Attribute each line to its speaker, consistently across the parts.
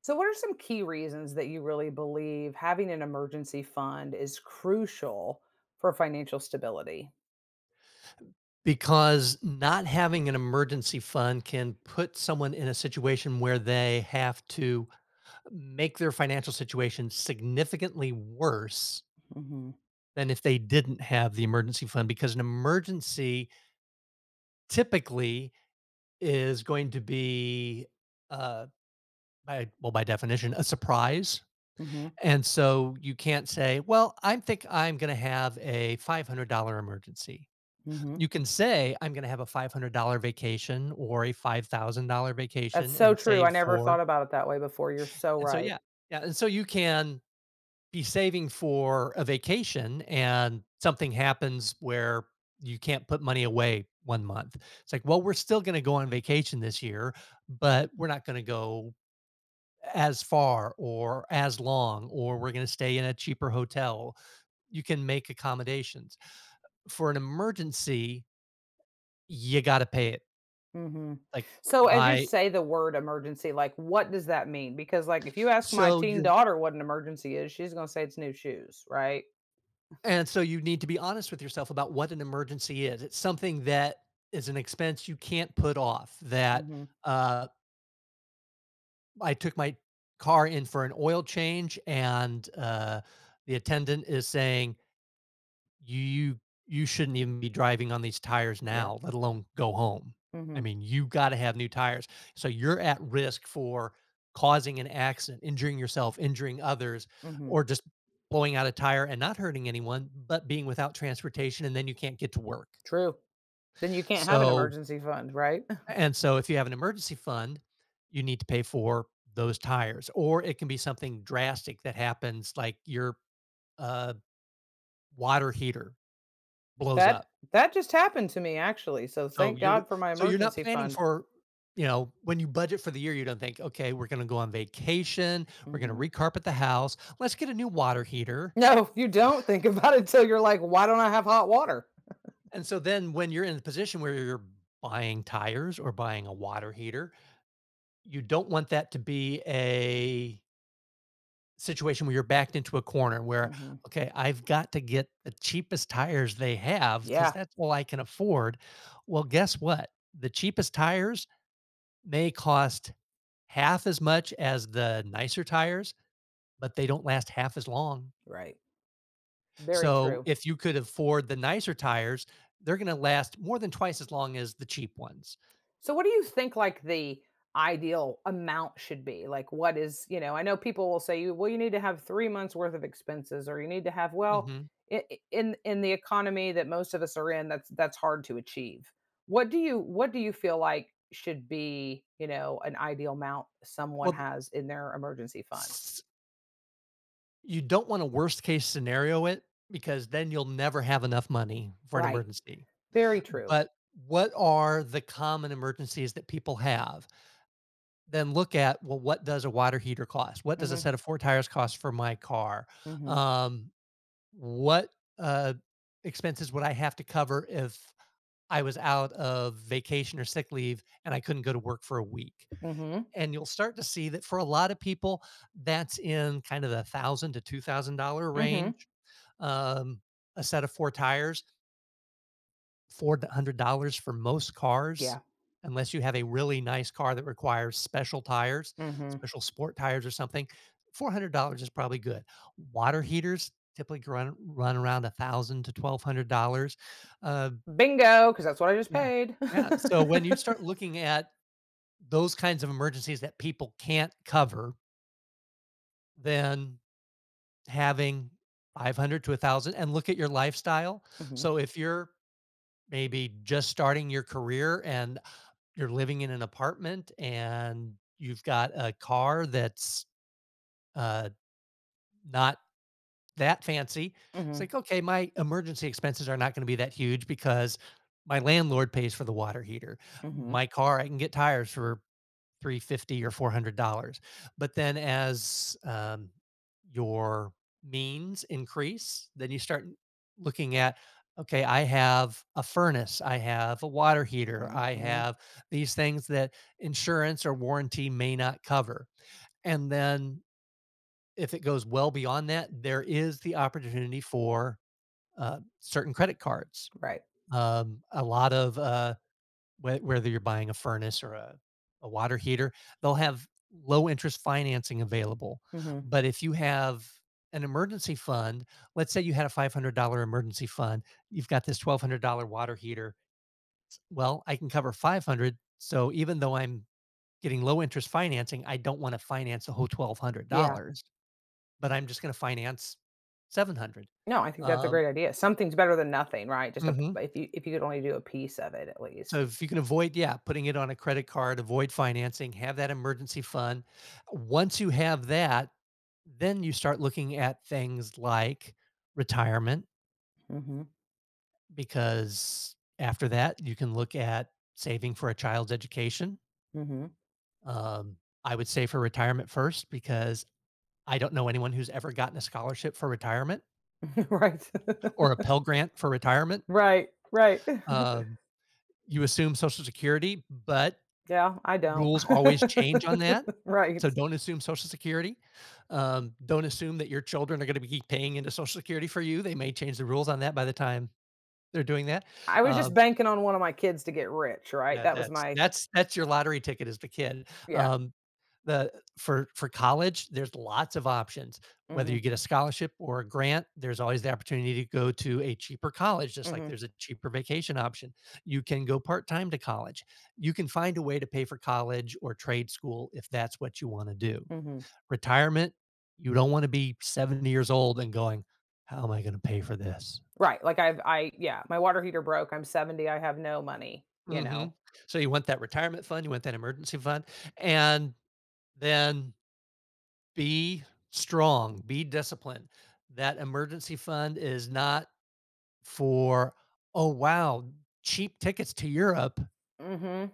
Speaker 1: So, what are some key reasons that you really believe having an emergency fund is crucial for financial stability?
Speaker 2: Because not having an emergency fund can put someone in a situation where they have to make their financial situation significantly worse
Speaker 1: hmm
Speaker 2: than if they didn't have the emergency fund, because an emergency typically is going to be, uh, by definition, a surprise.
Speaker 1: hmm
Speaker 2: And so you can't say, "Well, I think I'm gonna have a $500 emergency."
Speaker 1: hmm
Speaker 2: You can say, "I'm gonna have a $500 vacation or a $5,000
Speaker 1: That's
Speaker 2: vacation
Speaker 1: so
Speaker 2: and
Speaker 1: true. I
Speaker 2: save
Speaker 1: never
Speaker 2: for."
Speaker 1: thought about it that way before. You're so
Speaker 2: and so
Speaker 1: right.
Speaker 2: Yeah, yeah, and so you can be saving for a vacation and something happens where you can't put money away 1 month. It's like, "Well, we're still gonna go on vacation this year, but we're not gonna go as far or as long, or we're gonna stay in a cheaper hotel." You can make accommodations. For an emergency, you gotta pay it.
Speaker 1: hmm
Speaker 2: Like,
Speaker 1: So, as you
Speaker 2: my
Speaker 1: say the word emergency, like what does that mean? Because, like, if you ask my
Speaker 2: So
Speaker 1: teen
Speaker 2: you're
Speaker 1: daughter what an emergency is, she's going to say it's new shoes, right?
Speaker 2: and so you need to be honest with yourself about what an emergency is. It's something that is an expense you can't put off. That
Speaker 1: hmm
Speaker 2: uh, I took my car in for an oil change, and the attendant is saying, you you you shouldn't even be driving on these tires
Speaker 1: Yeah.
Speaker 2: now, let alone go home. I
Speaker 1: hmm
Speaker 2: mean, you got to have new tires. So you're at risk for causing an accident, injuring yourself, injuring others,
Speaker 1: hmm
Speaker 2: or just blowing out a tire and not hurting anyone, but being without transportation, and then you can't get to work.
Speaker 1: True. Then you can't have an
Speaker 2: So
Speaker 1: emergency fund, right?
Speaker 2: so if you have an emergency fund, you need to pay for those tires, or it can be something drastic that happens, like your uh water heater blows
Speaker 1: That
Speaker 2: up.
Speaker 1: that just happened to me actually. So
Speaker 2: So
Speaker 1: thank
Speaker 2: you're with
Speaker 1: God for my
Speaker 2: so you're not
Speaker 1: emergency
Speaker 2: planning
Speaker 1: fund.
Speaker 2: for, when you budget for the year, you don't think, "Okay, we're gonna go on vacation, we're gonna
Speaker 1: hmm
Speaker 2: recarpet the house, let's get a new water heater."
Speaker 1: No, you don't think about it till you're like, why don't I have hot water?
Speaker 2: And so then when you're in the position where you're buying tires or buying a water heater, you don't want that to be a situation where you're backed into a corner where,
Speaker 1: hmm
Speaker 2: "Okay, I've got to get the cheapest tires they have because
Speaker 1: Yeah.
Speaker 2: that's all I can afford." Well, guess what? The cheapest tires may cost half as much as the nicer tires, but they don't last half as long.
Speaker 1: Right. Very
Speaker 2: So
Speaker 1: true.
Speaker 2: if you could afford the nicer tires, they're going to last more than twice as long as the cheap ones.
Speaker 1: So what do you think like the ideal amount should be? Like what is, you know, I know people will say you need to have 3 months worth of expenses or you need to have
Speaker 2: Mhm.
Speaker 1: in the economy that most of us are in that's hard to achieve. What do you feel like should be, you know, an ideal amount someone
Speaker 2: Well,
Speaker 1: has in their emergency fund?
Speaker 2: s you don't want a worst case scenario it because then you'll never have enough money for an
Speaker 1: Right.
Speaker 2: emergency.
Speaker 1: Very true.
Speaker 2: But what are the common emergencies that people have? Then look at, well, what does a water heater cost? What does a
Speaker 1: Mhm.
Speaker 2: set of 4 tires cost for my car?
Speaker 1: Mhm.
Speaker 2: Um, what, uh, expenses would I have to cover if I was out of vacation or sick leave and I couldn't go to work for a week?
Speaker 1: Mhm.
Speaker 2: And you'll start to see that, for a lot of people, that's in kind of the 1,000 to $2,000
Speaker 1: Mhm.
Speaker 2: range. um, a set of 4 tires, $400 for most cars,
Speaker 1: Yeah.
Speaker 2: unless you have a really nice car that requires special tires,
Speaker 1: Mhm.
Speaker 2: special sport tires or something. $400 is probably good. Water heaters typically run around 1,000 to $1,200. Uh,
Speaker 1: Bingo, cuz that's what I just
Speaker 2: yeah.
Speaker 1: paid.
Speaker 2: Yeah, so when you start looking at those kinds of emergencies that people can't cover, then having 500 to 1,000, and look at your lifestyle.
Speaker 1: mhm.
Speaker 2: So if you're maybe just starting your career and you're living in an apartment and you've got a car that's uh, not that fancy. It's
Speaker 1: Mhm.
Speaker 2: like, okay, my emergency expenses are not going to be that huge because my landlord pays for the water heater.
Speaker 1: Mhm.
Speaker 2: My car, I can get tires for 350 or $400. But then, as your means increase, then you start looking at, okay, I have a furnace, I have a water heater, I
Speaker 1: hmm
Speaker 2: have these things that insurance or warranty may not cover. And then, if it goes well beyond that, there is the opportunity for certain credit cards.
Speaker 1: Right.
Speaker 2: A lot of, whether you're buying a furnace or a water heater, they'll have low interest financing available.
Speaker 1: hmm
Speaker 2: But if you have an emergency fund, let's say you had a $500 emergency fund, you've got this $1,200 water heater. Well, I can cover 500. So even though I'm getting low interest financing, I don't want to finance the whole
Speaker 1: Yeah.
Speaker 2: $1,200, but I'm just going to finance 700.
Speaker 1: No, I think that's a
Speaker 2: Um,
Speaker 1: great idea. Something's better than nothing, right?
Speaker 2: mhm.
Speaker 1: If you could only do a piece of it at
Speaker 2: So
Speaker 1: least.
Speaker 2: if you can avoid, yeah, putting it on a credit card, avoid financing, have that emergency fund. Once you have that, then you start looking at things like retirement,
Speaker 1: hmm
Speaker 2: because after that, you can look at saving for a child's education.
Speaker 1: hmm
Speaker 2: Um, I would say for retirement first, because I don't know anyone who's ever gotten a scholarship for retirement
Speaker 1: right.
Speaker 2: or a Pell Grant for retirement.
Speaker 1: right. Right.
Speaker 2: Um, you assume Social Security, but
Speaker 1: yeah, I don't.
Speaker 2: rules always change on that, so
Speaker 1: right.
Speaker 2: don't assume Social Security. Don't assume that your children are gonna be paying into Social Security for you; they may change the rules on that by the time they're doing that.
Speaker 1: I was just
Speaker 2: Um,
Speaker 1: banking on one of my kids to get rich, right?
Speaker 2: yeah,
Speaker 1: That was
Speaker 2: that's
Speaker 1: my
Speaker 2: that's your lottery ticket as the kid.
Speaker 1: yeah.
Speaker 2: Um, the For college, there's lots of options. Whether you
Speaker 1: hmm
Speaker 2: get a scholarship or a grant, there's always the opportunity to go to a cheaper college, just like
Speaker 1: hmm
Speaker 2: there's a cheaper vacation option. You can go part-time to college. You can find a way to pay for college or trade school if that's what you want to do.
Speaker 1: hmm
Speaker 2: Retirement, you don't want to be 70 years old and going, "How am I going to pay for this?"
Speaker 1: Right. Like I've I yeah, my water heater broke. I'm 70. I have no money.
Speaker 2: Mhm. So you want that retirement fund, you want that emergency fund, and then be strong, be disciplined. That emergency fund is not for, "Oh, wow, cheap tickets to Europe."
Speaker 1: Hmm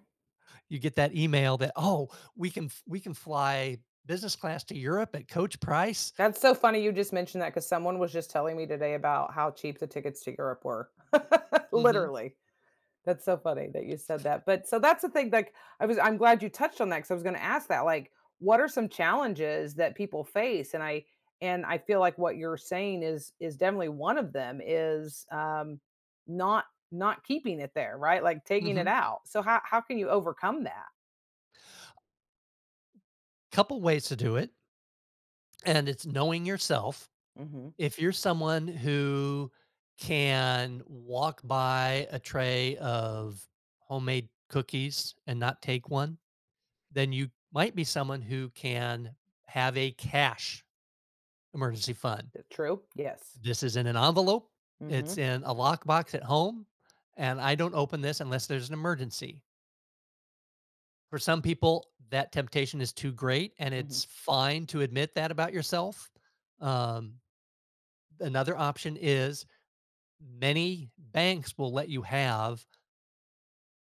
Speaker 2: You get that email that, "Oh, we can fly business class to Europe at coach price."
Speaker 1: That's so funny you just mentioned that because someone was just telling me today about how cheap the tickets to Europe were.
Speaker 2: Mhm,
Speaker 1: Literally. That's so funny that you said that. But so that's the thing. Like I'm glad you touched on that because I was gonna ask that. Like, what are some challenges that people face? And I feel like what you're saying is definitely one of them is not not keeping it there, right? Like taking it
Speaker 2: mhm.
Speaker 1: out. So how can you overcome that?
Speaker 2: Couple ways to do it, and it's knowing yourself.
Speaker 1: Mm-hmm.
Speaker 2: If you're someone who can walk by a tray of homemade cookies and not take one, then you might be someone who can have a cash emergency fund.
Speaker 1: True. Yes.
Speaker 2: This is in an envelope,
Speaker 1: Mm-hmm.
Speaker 2: it's in a lockbox at home, and I don't open this unless there's an emergency. For some people, that temptation is too great, and
Speaker 1: Mm-hmm.
Speaker 2: it's fine to admit that about yourself. Um, Another option is, many banks will let you have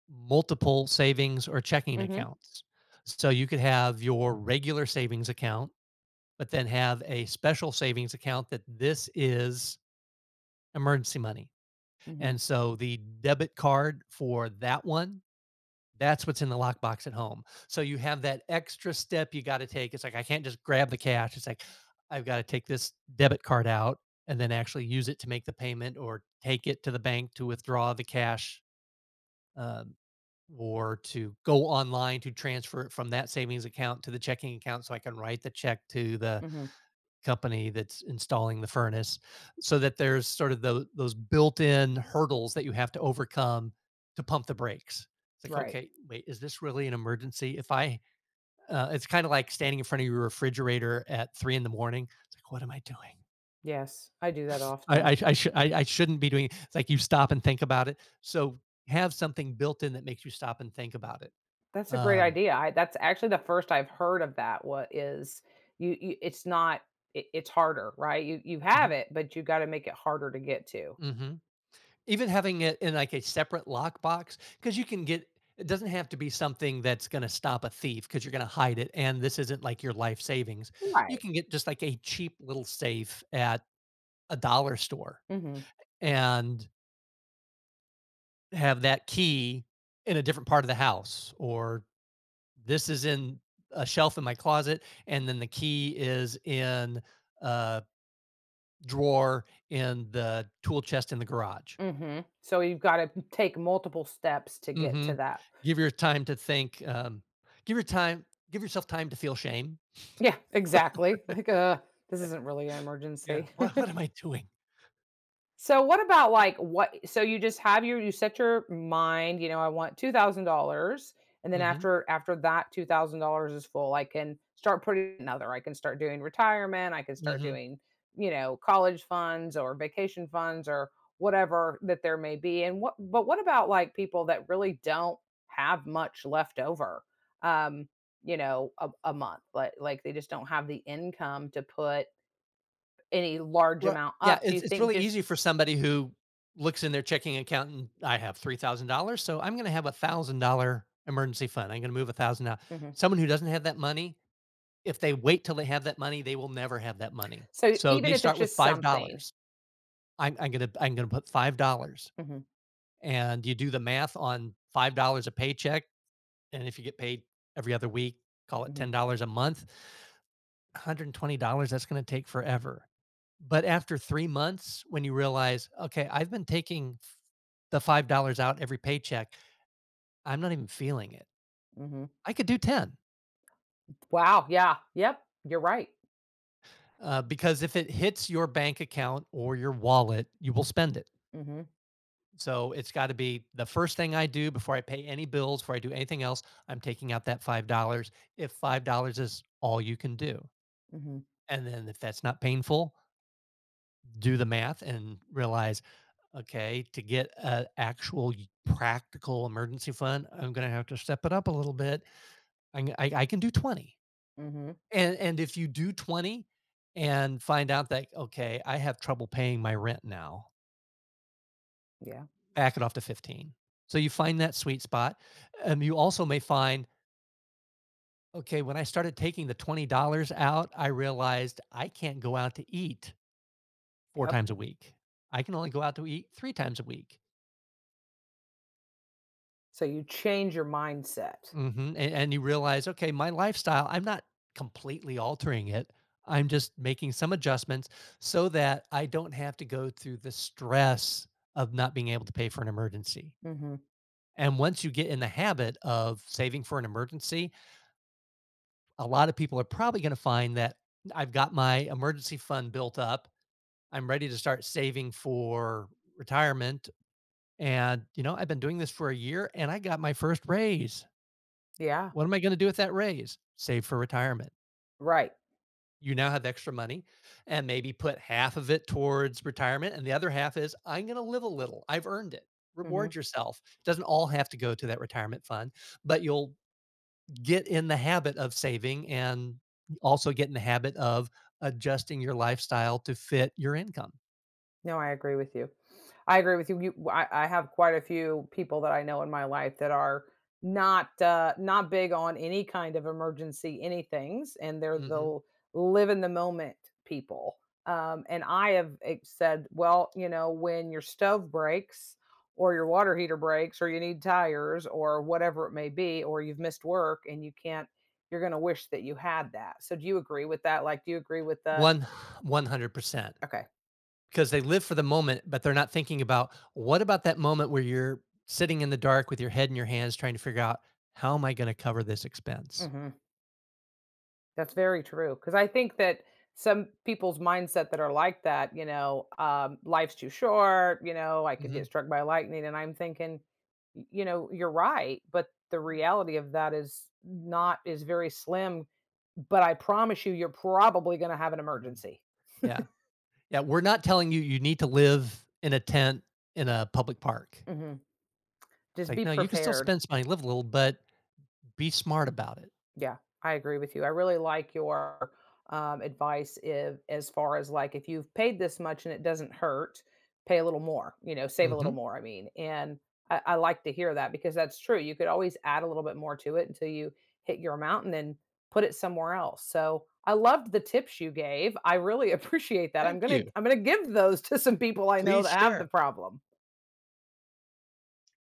Speaker 2: multiple savings or checking
Speaker 1: Mm-hmm.
Speaker 2: accounts. So you could have your regular savings account, but then have a special savings account that, this is emergency money.
Speaker 1: Mm-hmm.
Speaker 2: And so the debit card for that one, that's what's in the lockbox at home. So you have that extra step you got to take. It's like, I can't just grab the cash. It's like, I've got to take this debit card out, and then actually use it to make the payment, or take it to the bank to withdraw the cash, um, or to go online to transfer it from that savings account to the checking account so I can write the check to the
Speaker 1: Mm-hmm.
Speaker 2: company that's installing the furnace. So that there's sort of those built-in hurdles that you have to overcome, to pump the brakes. It's like,
Speaker 1: Right.
Speaker 2: okay, wait, is this really an emergency? If I It's kind of like standing in front of your refrigerator at 3 in the morning. It's like, what am I doing?
Speaker 1: Yes, I do that often.
Speaker 2: I shouldn't be doing it. It's like, you stop and think about it. So have something built in that makes you stop and think about it.
Speaker 1: That's a great
Speaker 2: um
Speaker 1: idea. I That's actually the first I've heard of that. What is you it's not it's harder, right? You have
Speaker 2: mhm,
Speaker 1: it, but you got to make it harder to get to.
Speaker 2: mhm. Even having it in, like, a separate lockbox, because you can get, it doesn't have to be something that's gonna stop a thief, because you 'cause you're gonna hide it, and this isn't, like, your life savings. You
Speaker 1: Right.
Speaker 2: can get just, like, a cheap little safe at a dollar store,
Speaker 1: mm Mhm.
Speaker 2: and have that key in a different part of the house, or this is in a shelf in my closet, and then the key is in a drawer in the tool chest in the garage.
Speaker 1: mm Mhm. So you've got to take multiple steps to get to
Speaker 2: Mhm.
Speaker 1: that.
Speaker 2: Give your time to think. Give your time Give yourself time to feel shame.
Speaker 1: Yeah, exactly. This isn't really an
Speaker 2: Yeah,
Speaker 1: emergency.
Speaker 2: "What am I doing?"
Speaker 1: So what about like what so you just have your you set your mind, you know, I want $2,000 and then
Speaker 2: Mhm,
Speaker 1: after that $2,000 is full, I can start putting another. I can start doing retirement, I can start
Speaker 2: mhm.
Speaker 1: doing, you know, college funds or vacation funds or whatever that there may be. And what but what about like people that really don't have much left over? Um, you know, a month. Like they just don't have the income to put any large
Speaker 2: Right,
Speaker 1: amount
Speaker 2: yeah,
Speaker 1: up. Do
Speaker 2: it's
Speaker 1: you
Speaker 2: it's
Speaker 1: think
Speaker 2: really easy
Speaker 1: just
Speaker 2: for somebody who looks in their checking account and, "I have $3,000, so I'm gonna have a $1,000 emergency fund. I'm gonna move 1,000 out."
Speaker 1: Mhm.
Speaker 2: Someone who doesn't have that money, if they wait till they have that money, they will never have that money.
Speaker 1: So
Speaker 2: So
Speaker 1: even
Speaker 2: they
Speaker 1: if it's
Speaker 2: start with
Speaker 1: just something.
Speaker 2: $5. I'm gonna put $5."
Speaker 1: Mhm,
Speaker 2: And you do the math on $5 a paycheck, and if you get paid every other week, call it
Speaker 1: mhm,
Speaker 2: $10 a month, $120, that's going to take forever. But after 3 months, when you realize, okay, I've been taking the $5 out every paycheck, I'm not even feeling it.
Speaker 1: mhm.
Speaker 2: I could do 10,
Speaker 1: Wow, yeah, yep, you're right.
Speaker 2: because if it hits your bank account or your wallet, you will spend it.
Speaker 1: Mhm,
Speaker 2: So it's got to be the first thing I do. Before I pay any bills, before I do anything else, I'm taking out that $5, if $5 is all you can do.
Speaker 1: mhm,
Speaker 2: And then, if that's not painful, do the math and realize, okay, to get an actual practical emergency fund, I'm going to have to step it up a little bit. I'm, g- I, am I can do 20.
Speaker 1: mhm,
Speaker 2: And if you do 20 and find out that, okay, I have trouble paying my rent now,
Speaker 1: yeah.
Speaker 2: back it off to 15. So you find that sweet spot. You also may find, okay, when I started taking the $20 out, I realized I can't go out to eat four
Speaker 1: Yep,
Speaker 2: times a week. I can only go out to eat 3 times a week.
Speaker 1: so you change your mindset.
Speaker 2: Mhm, and you realize, "Okay, my lifestyle, I'm not completely altering it. I'm just making some adjustments so that I don't have to go through the stress of not being able to pay for an emergency."
Speaker 1: Mhm.
Speaker 2: And once you get in the habit of saving for an emergency, a lot of people are probably gonna find that, "I've got my emergency fund built up. I'm ready to start saving for retirement, and, you know, I've been doing this for a year, and I got my first raise.
Speaker 1: Yeah,
Speaker 2: What am I gonna do with that raise? Save for retirement."
Speaker 1: right.
Speaker 2: You now have extra money, and maybe put half of it towards retirement, and the other half is, I'm going to live a little, I've earned it. Reward
Speaker 1: Mhm.
Speaker 2: yourself. Doesn't all have to go to that retirement fund, but you'll get in the habit of saving, and also get in the habit of adjusting your lifestyle to fit your income.
Speaker 1: No, I agree with you. I agree with you. I have quite a few people that I know in my life that are not big on any kind of emergency anythings, and they're
Speaker 2: Hmm.
Speaker 1: the live in the moment people. And I have said, well, you know, when your stove breaks or your water heater breaks or you need tires or whatever it may be, or you've missed work and you can't, you're going to wish that you had that. So do you agree with that? Like, do you agree with
Speaker 2: one 100%,
Speaker 1: okay.
Speaker 2: because they live for the moment, but they're not thinking about, what about that moment where you're sitting in the dark with your head in your hands, trying to figure out, how am I going to cover this expense?
Speaker 1: hmm That's very true. Because I think that some people's mindset that are like that, you know, life's too short, you know, I could get
Speaker 2: Mhm.
Speaker 1: struck by lightning. And I'm thinking, you know, you're right. But the
Speaker 2: Yeah.
Speaker 1: reality of that is not, is very slim. But I promise you, you're probably going to have an
Speaker 2: Mhm.
Speaker 1: emergency.
Speaker 2: Yeah. Yeah, we're not telling you you need to live in a tent in a public park.
Speaker 1: hmm
Speaker 2: It's
Speaker 1: Just
Speaker 2: like,
Speaker 1: be
Speaker 2: "No, you can still
Speaker 1: prepared.
Speaker 2: spend some money, live a little, but be smart about it."
Speaker 1: Yeah, I agree with you. I really like your advice if, as far as like if you've paid this much and it doesn't hurt, pay a little more, you know, save a little
Speaker 2: Mhm.
Speaker 1: more. I mean, and I like to hear that because that's true. You could always add a little bit more to it until you hit your amount and then put it somewhere else. So I loved the tips you gave. I really appreciate that.
Speaker 2: Thank you.
Speaker 1: I'm gonna give those to some people I know
Speaker 2: Please
Speaker 1: that have the
Speaker 2: share.
Speaker 1: problem.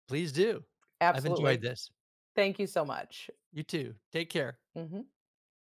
Speaker 2: Please do. I've enjoyed
Speaker 1: Absolutely.
Speaker 2: this.
Speaker 1: Thank you so much.
Speaker 2: You too. Take care.
Speaker 1: Mhm.